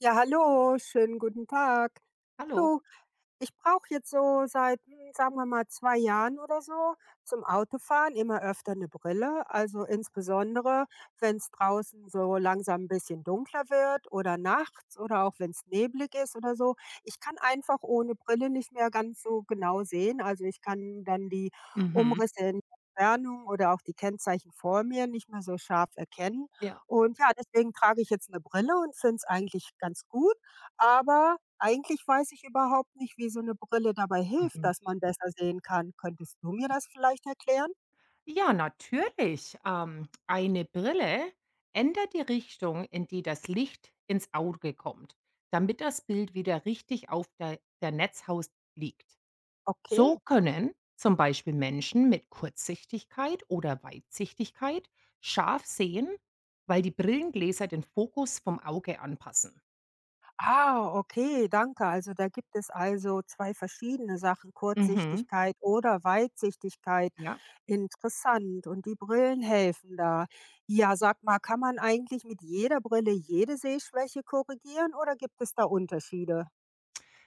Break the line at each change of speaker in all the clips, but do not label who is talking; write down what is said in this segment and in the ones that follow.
Ja, hallo, schönen guten Tag.
Hallo.
Du, ich brauche jetzt so seit, sagen wir mal, 2 Jahren oder so zum Autofahren immer öfter eine Brille. Also, insbesondere, wenn es draußen so langsam ein bisschen dunkler wird oder nachts oder auch wenn es neblig ist oder so. Ich kann einfach ohne Brille nicht mehr ganz so genau sehen. Also, ich kann dann die
Mhm.
Umrisse in Entfernung oder auch die Kennzeichen vor mir nicht mehr so scharf erkennen.
Ja.
Und ja, deswegen trage ich jetzt eine Brille und finde es eigentlich ganz gut, aber eigentlich weiß ich überhaupt nicht, wie so eine Brille dabei hilft,
Mhm.
dass man besser sehen kann. Könntest du mir das vielleicht erklären?
Ja, natürlich. Eine Brille ändert die Richtung, in die das Licht ins Auge kommt, damit das Bild wieder richtig auf der Netzhaut liegt. So
Okay.
können zum Beispiel Menschen mit Kurzsichtigkeit oder Weitsichtigkeit scharf sehen, weil die Brillengläser den Fokus vom Auge anpassen.
Ah, okay, danke. Also, da gibt es also 2 verschiedene Sachen,
Mhm.
Kurzsichtigkeit oder Weitsichtigkeit.
Ja,
Interessant, und die Brillen helfen da. Ja, sag mal, kann man eigentlich mit jeder Brille jede Sehschwäche korrigieren oder gibt es da Unterschiede?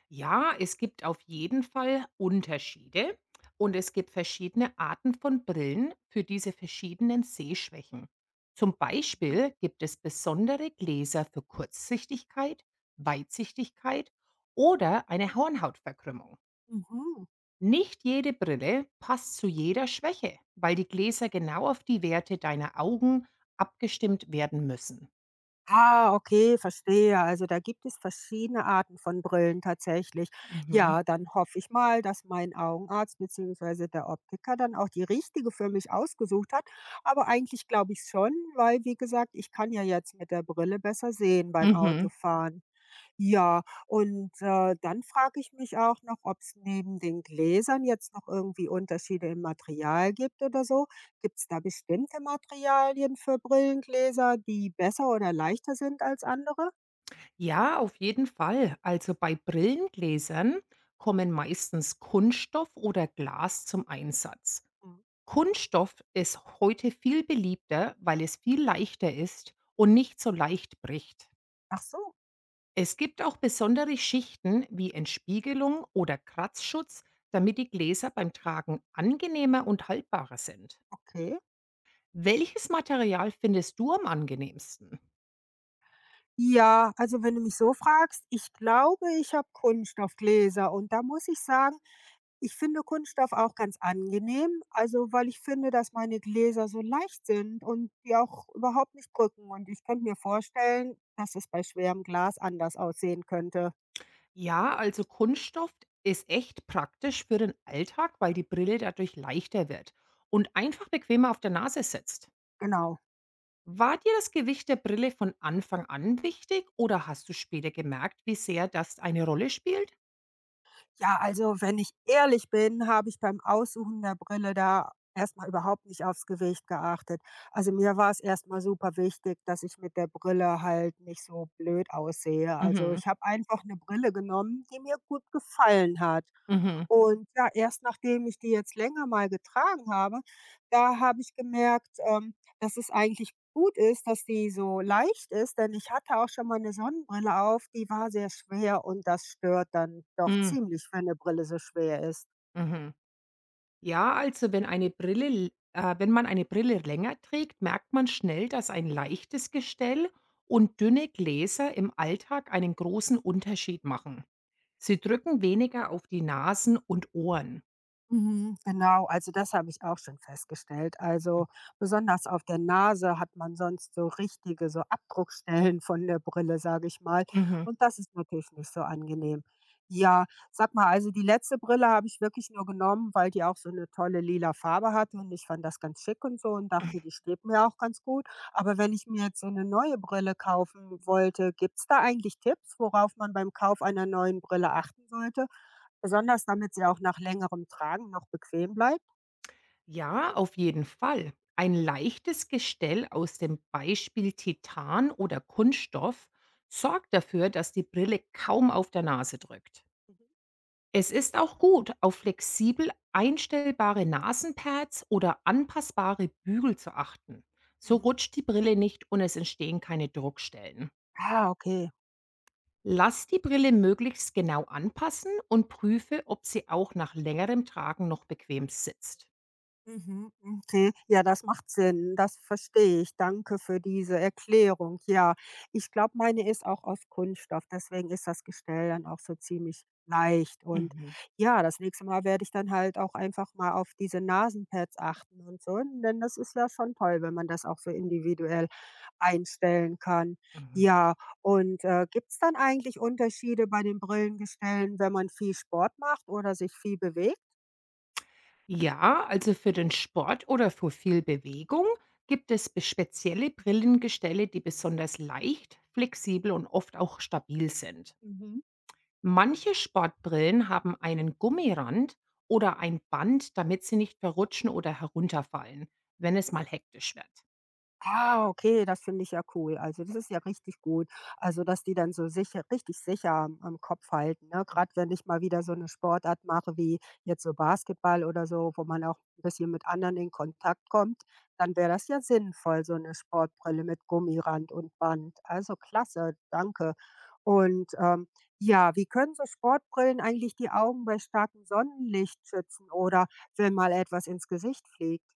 ja, es gibt auf jeden Fall Unterschiede, und es gibt verschiedene Arten von Brillen für diese verschiedenen Sehschwächen. Zum
Mhm,
Beispiel gibt es besondere Gläser für Kurzsichtigkeit, Weitsichtigkeit oder eine Hornhautverkrümmung.
mhm.
Nicht jede Brille passt zu jeder Schwäche, weil die Gläser genau auf die Werte deiner Augen abgestimmt werden müssen.
Ah, okay, verstehe. Also da gibt es verschiedene Arten von Brillen tatsächlich.
Mhm.
Ja, dann hoffe ich mal, dass mein Augenarzt bzw. der Optiker dann auch die richtige für mich ausgesucht hat. Aber eigentlich glaube ich schon, weil, wie gesagt, ich kann ja jetzt mit der Brille besser sehen beim
Mhm.
Autofahren. Ja, und, dann frage ich mich auch noch, ob es neben den Gläsern jetzt noch irgendwie Unterschiede im Material gibt oder so. Gibt es da bestimmte Materialien für Brillengläser, die besser oder leichter sind als andere?
Ja, auf jeden Fall. Also bei Brillengläsern kommen meistens Kunststoff oder Glas zum Einsatz.
Mhm.
Kunststoff ist heute viel beliebter, weil es viel leichter ist und nicht so leicht bricht.
Ach so,
Es gibt auch besondere Schichten wie Entspiegelung oder Kratzschutz, damit die Gläser beim Tragen angenehmer und haltbarer sind.
okay.
Welches Material findest du am angenehmsten?
Ja, also wenn du mich so fragst, ich glaube, ich habe Kunststoffgläser und da muss ich sagen, ich finde Kunststoff auch ganz angenehm, also weil ich finde, dass meine Gläser so leicht sind und die auch überhaupt nicht drücken und ich könnte mir vorstellen, dass es bei schwerem Glas anders aussehen könnte.
Ja, also Kunststoff ist echt praktisch für den Alltag, weil die Brille dadurch leichter wird und einfach bequemer auf der Nase sitzt.
Genau.
War dir das Gewicht der Brille von Anfang an wichtig, oder hast du später gemerkt, wie sehr das eine Rolle spielt?
Ja, also wenn ich ehrlich bin, habe ich beim Aussuchen der Brille da erstmal überhaupt nicht aufs Gewicht geachtet. Also mir war es erstmal super wichtig, dass ich mit der Brille halt nicht so blöd aussehe. Also
Mhm.
ich habe einfach eine Brille genommen, die mir gut gefallen hat.
Mhm.
Und ja, erst nachdem ich die jetzt länger mal getragen habe, da habe ich gemerkt, dass es eigentlich gut ist, dass die so leicht ist, denn ich hatte auch schon mal eine Sonnenbrille auf, die war sehr schwer und das stört dann doch
Mhm.
ziemlich, wenn eine Brille so schwer ist.
Mhm. Ja, also wenn wenn man eine Brille länger trägt, merkt man schnell, dass ein leichtes Gestell und dünne Gläser im Alltag einen großen Unterschied machen. Sie drücken weniger auf die Nasen und Ohren.
Mhm, genau, also das habe ich auch schon festgestellt. Also besonders auf der Nase hat man sonst so richtige, so Abdruckstellen von der Brille, sage ich mal.
Mhm.
Und das ist natürlich nicht so angenehm. Ja, sag mal, also die letzte Brille habe ich wirklich nur genommen, weil die auch so eine tolle lila Farbe hatte und ich fand das ganz schick und so und dachte, die steht mir auch ganz gut. Aber wenn ich mir jetzt so eine neue Brille kaufen wollte, gibt es da eigentlich Tipps, worauf man beim Kauf einer neuen Brille achten sollte? Besonders damit sie auch nach längerem Tragen noch bequem bleibt?
Ja, auf jeden Fall. Ein leichtes Gestell aus dem Beispiel Titan oder Kunststoff sorgt dafür, dass die Brille kaum auf der Nase drückt.
Mhm,
Es ist auch gut, auf flexibel einstellbare Nasenpads oder anpassbare Bügel zu achten. So
mhm.
rutscht die Brille nicht und es entstehen keine Druckstellen.
Ah, okay.
Lass die Brille möglichst genau anpassen und prüfe, ob sie auch nach längerem Tragen noch bequem sitzt.
Mhm, okay. Ja, das macht Sinn. Das verstehe ich. Danke für diese Erklärung. Ja, ich glaube, meine ist auch aus Kunststoff. Deswegen ist das Gestell dann auch so ziemlich leicht. Und
Mhm.
ja, das nächste Mal werde ich dann halt auch einfach mal auf diese Nasenpads achten und so. Denn das ist ja schon toll, wenn man das auch so individuell einstellen kann.
Mhm.
Ja, und gibt es dann eigentlich Unterschiede bei den Brillengestellen, wenn man viel Sport macht oder sich viel bewegt?
Ja, also für den Sport oder für viel Bewegung gibt es spezielle Brillengestelle, die besonders leicht, flexibel und oft auch stabil sind.
Mhm.
Manche Sportbrillen haben einen Gummirand oder ein Band, damit sie nicht verrutschen oder herunterfallen, wenn es mal hektisch wird.
Ah, okay, das finde ich ja cool. Also, das ist ja richtig gut. Also, dass die dann so sicher richtig sicher am Kopf halten, ne? Gerade wenn ich mal wieder so eine Sportart mache wie jetzt so Basketball oder so, wo man auch ein bisschen mit anderen in Kontakt kommt, dann wäre das ja sinnvoll, so eine Sportbrille mit Gummirand und Band. Also, klasse, danke. Und, ja, wie können so Sportbrillen eigentlich die Augen bei starkem Sonnenlicht schützen oder wenn mal etwas ins Gesicht fliegt?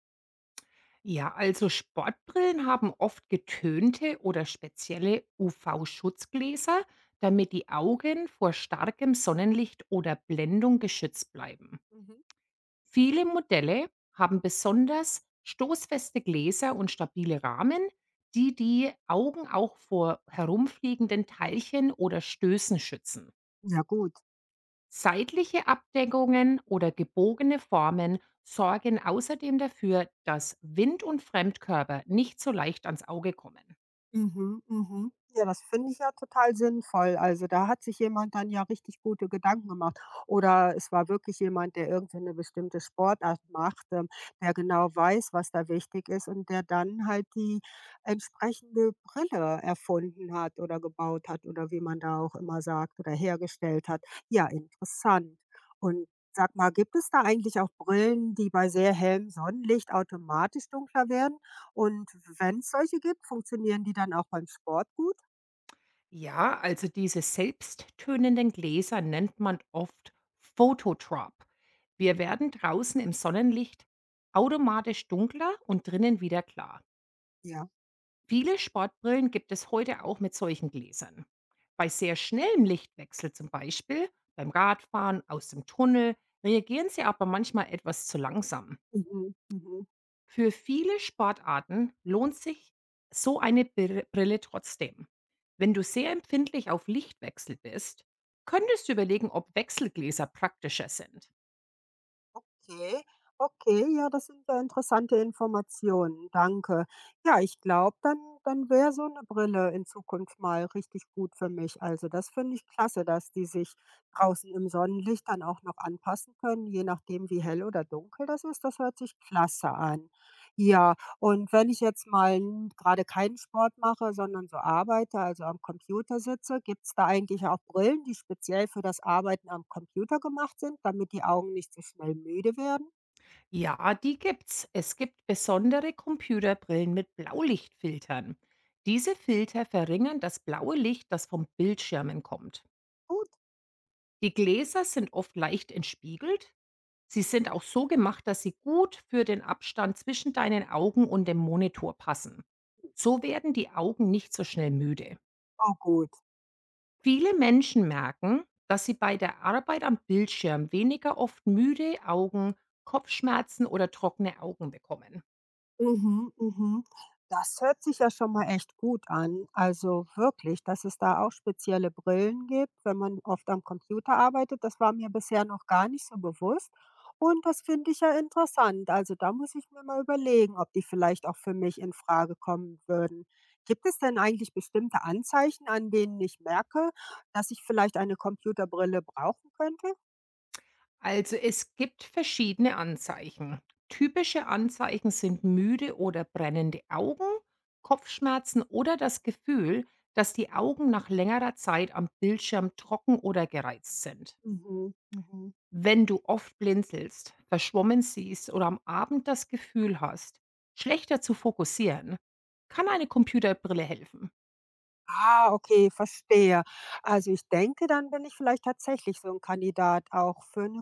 Ja, also Sportbrillen haben oft getönte oder spezielle UV-Schutzgläser, damit die Augen vor starkem Sonnenlicht oder Blendung geschützt bleiben.
Mhm.
Viele Modelle haben besonders stoßfeste Gläser und stabile Rahmen, die die Augen auch vor herumfliegenden Teilchen oder Stößen schützen.
Ja, gut.
Seitliche Abdeckungen oder gebogene Formen sorgen außerdem dafür, dass Wind und Fremdkörper nicht so leicht ans Auge kommen.
Mhm, mhm. Ja, das finde ich ja total sinnvoll. Also da hat sich jemand dann ja richtig gute Gedanken gemacht. Oder es war wirklich jemand, der irgendwie eine bestimmte Sportart macht, der genau weiß, was da wichtig ist und der dann halt die entsprechende Brille erfunden hat oder gebaut hat oder wie man da auch immer sagt oder hergestellt hat. Ja, interessant. Und sag mal, gibt es da eigentlich auch Brillen, die bei sehr hellem Sonnenlicht automatisch dunkler werden? Und wenn es solche gibt, funktionieren die dann auch beim Sport gut?
Ja, also diese selbsttönenden Gläser nennt man oft Phototrop. Wir
Hm,
werden draußen im Sonnenlicht automatisch dunkler und drinnen wieder klar.
ja.
Viele Sportbrillen gibt es heute auch mit solchen Gläsern. Bei sehr schnellem Lichtwechsel, zum Beispiel beim Radfahren aus dem Tunnel, reagieren sie aber manchmal etwas zu langsam.
Mhm, mhm.
Für viele Sportarten lohnt sich so eine Brille trotzdem. Wenn du sehr empfindlich auf Lichtwechsel bist, könntest du überlegen, ob Wechselgläser praktischer sind.
Okay, okay, ja, das sind ja interessante Informationen. Danke. Ja, ich glaube, dann wäre so eine Brille in Zukunft mal richtig gut für mich. Also, das finde ich klasse, dass die sich draußen im Sonnenlicht dann auch noch anpassen können, je nachdem, wie hell oder dunkel das ist. Das hört sich klasse an. Ja, und wenn ich jetzt mal n grade keinen Sport mache, sondern so arbeite, also am Computer sitze, gibt es da eigentlich auch Brillen, die speziell für das Arbeiten am Computer gemacht sind, damit die Augen nicht so schnell müde werden?
Ja, die gibt's. Es gibt besondere Computerbrillen mit Blaulichtfiltern. Diese Filter verringern das blaue Licht, das vom Bildschirmen kommt.
Gut?
Die Gläser sind oft leicht entspiegelt. Sie sind auch so gemacht, dass sie gut für den Abstand zwischen deinen Augen und dem Monitor passen. So werden die Augen nicht so schnell müde.
Oh, gut.
Viele Menschen merken, dass sie bei der Arbeit am Bildschirm weniger oft müde Augen, Kopfschmerzen oder trockene Augen bekommen.
Mhm, mhm. Das hört sich ja schon mal echt gut an. Also wirklich, dass es da auch spezielle Brillen gibt, wenn man oft am Computer arbeitet, das war mir bisher noch gar nicht so bewusst. Und das finde ich ja interessant. Also da muss ich mir mal überlegen, ob die vielleicht auch für mich in Frage kommen würden. Gibt es denn eigentlich bestimmte Anzeichen, an denen ich merke, dass ich vielleicht eine Computerbrille brauchen könnte?
Also es gibt verschiedene Anzeichen. Typische Anzeichen sind müde oder brennende Augen, Kopfschmerzen oder das Gefühl, dass die Augen nach längerer Zeit am Bildschirm trocken oder gereizt sind.
Mhm, mhm.
Wenn du oft blinzelst, verschwommen siehst oder am Abend das Gefühl hast, schlechter zu fokussieren, kann eine Computerbrille helfen.
Ah, okay, verstehe. Also ich denke, dann bin ich vielleicht tatsächlich so ein Kandidat auch für eine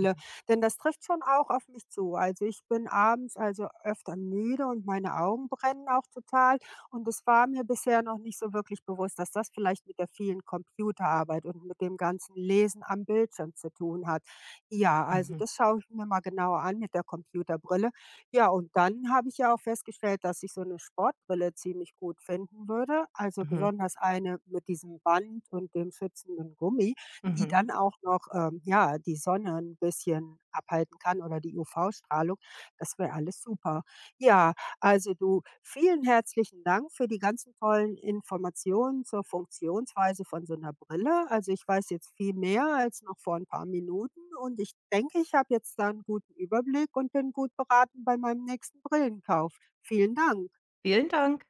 Mhm.
denn das trifft schon auch auf mich zu. Also, ich bin abends also öfter müde und meine Augen brennen auch total und es war mir bisher noch nicht so wirklich bewusst, dass das vielleicht mit der vielen Computerarbeit und mit dem ganzen Lesen am Bildschirm zu tun hat. Ja, also
Mhm.
das schaue ich mir mal genauer an mit der Computerbrille. Ja, und dann habe ich ja auch festgestellt, dass ich so eine Sportbrille ziemlich gut finden würde. Also,
Mhm.
besonders eine mit diesem Band und dem schützenden Gummi, die
Mhm.
dann auch noch, ja, die Sonne ein bisschen abhalten kann oder die UV-Strahlung. Das wäre alles super. Ja, also du, vielen herzlichen Dank für die ganzen tollen Informationen zur Funktionsweise von so einer Brille. Also, ich weiß jetzt viel mehr als noch vor ein paar Minuten und ich denke, ich habe jetzt da 'n guten Überblick und bin gut beraten bei meinem nächsten Brillenkauf. Vielen Dank.
Vielen Dank.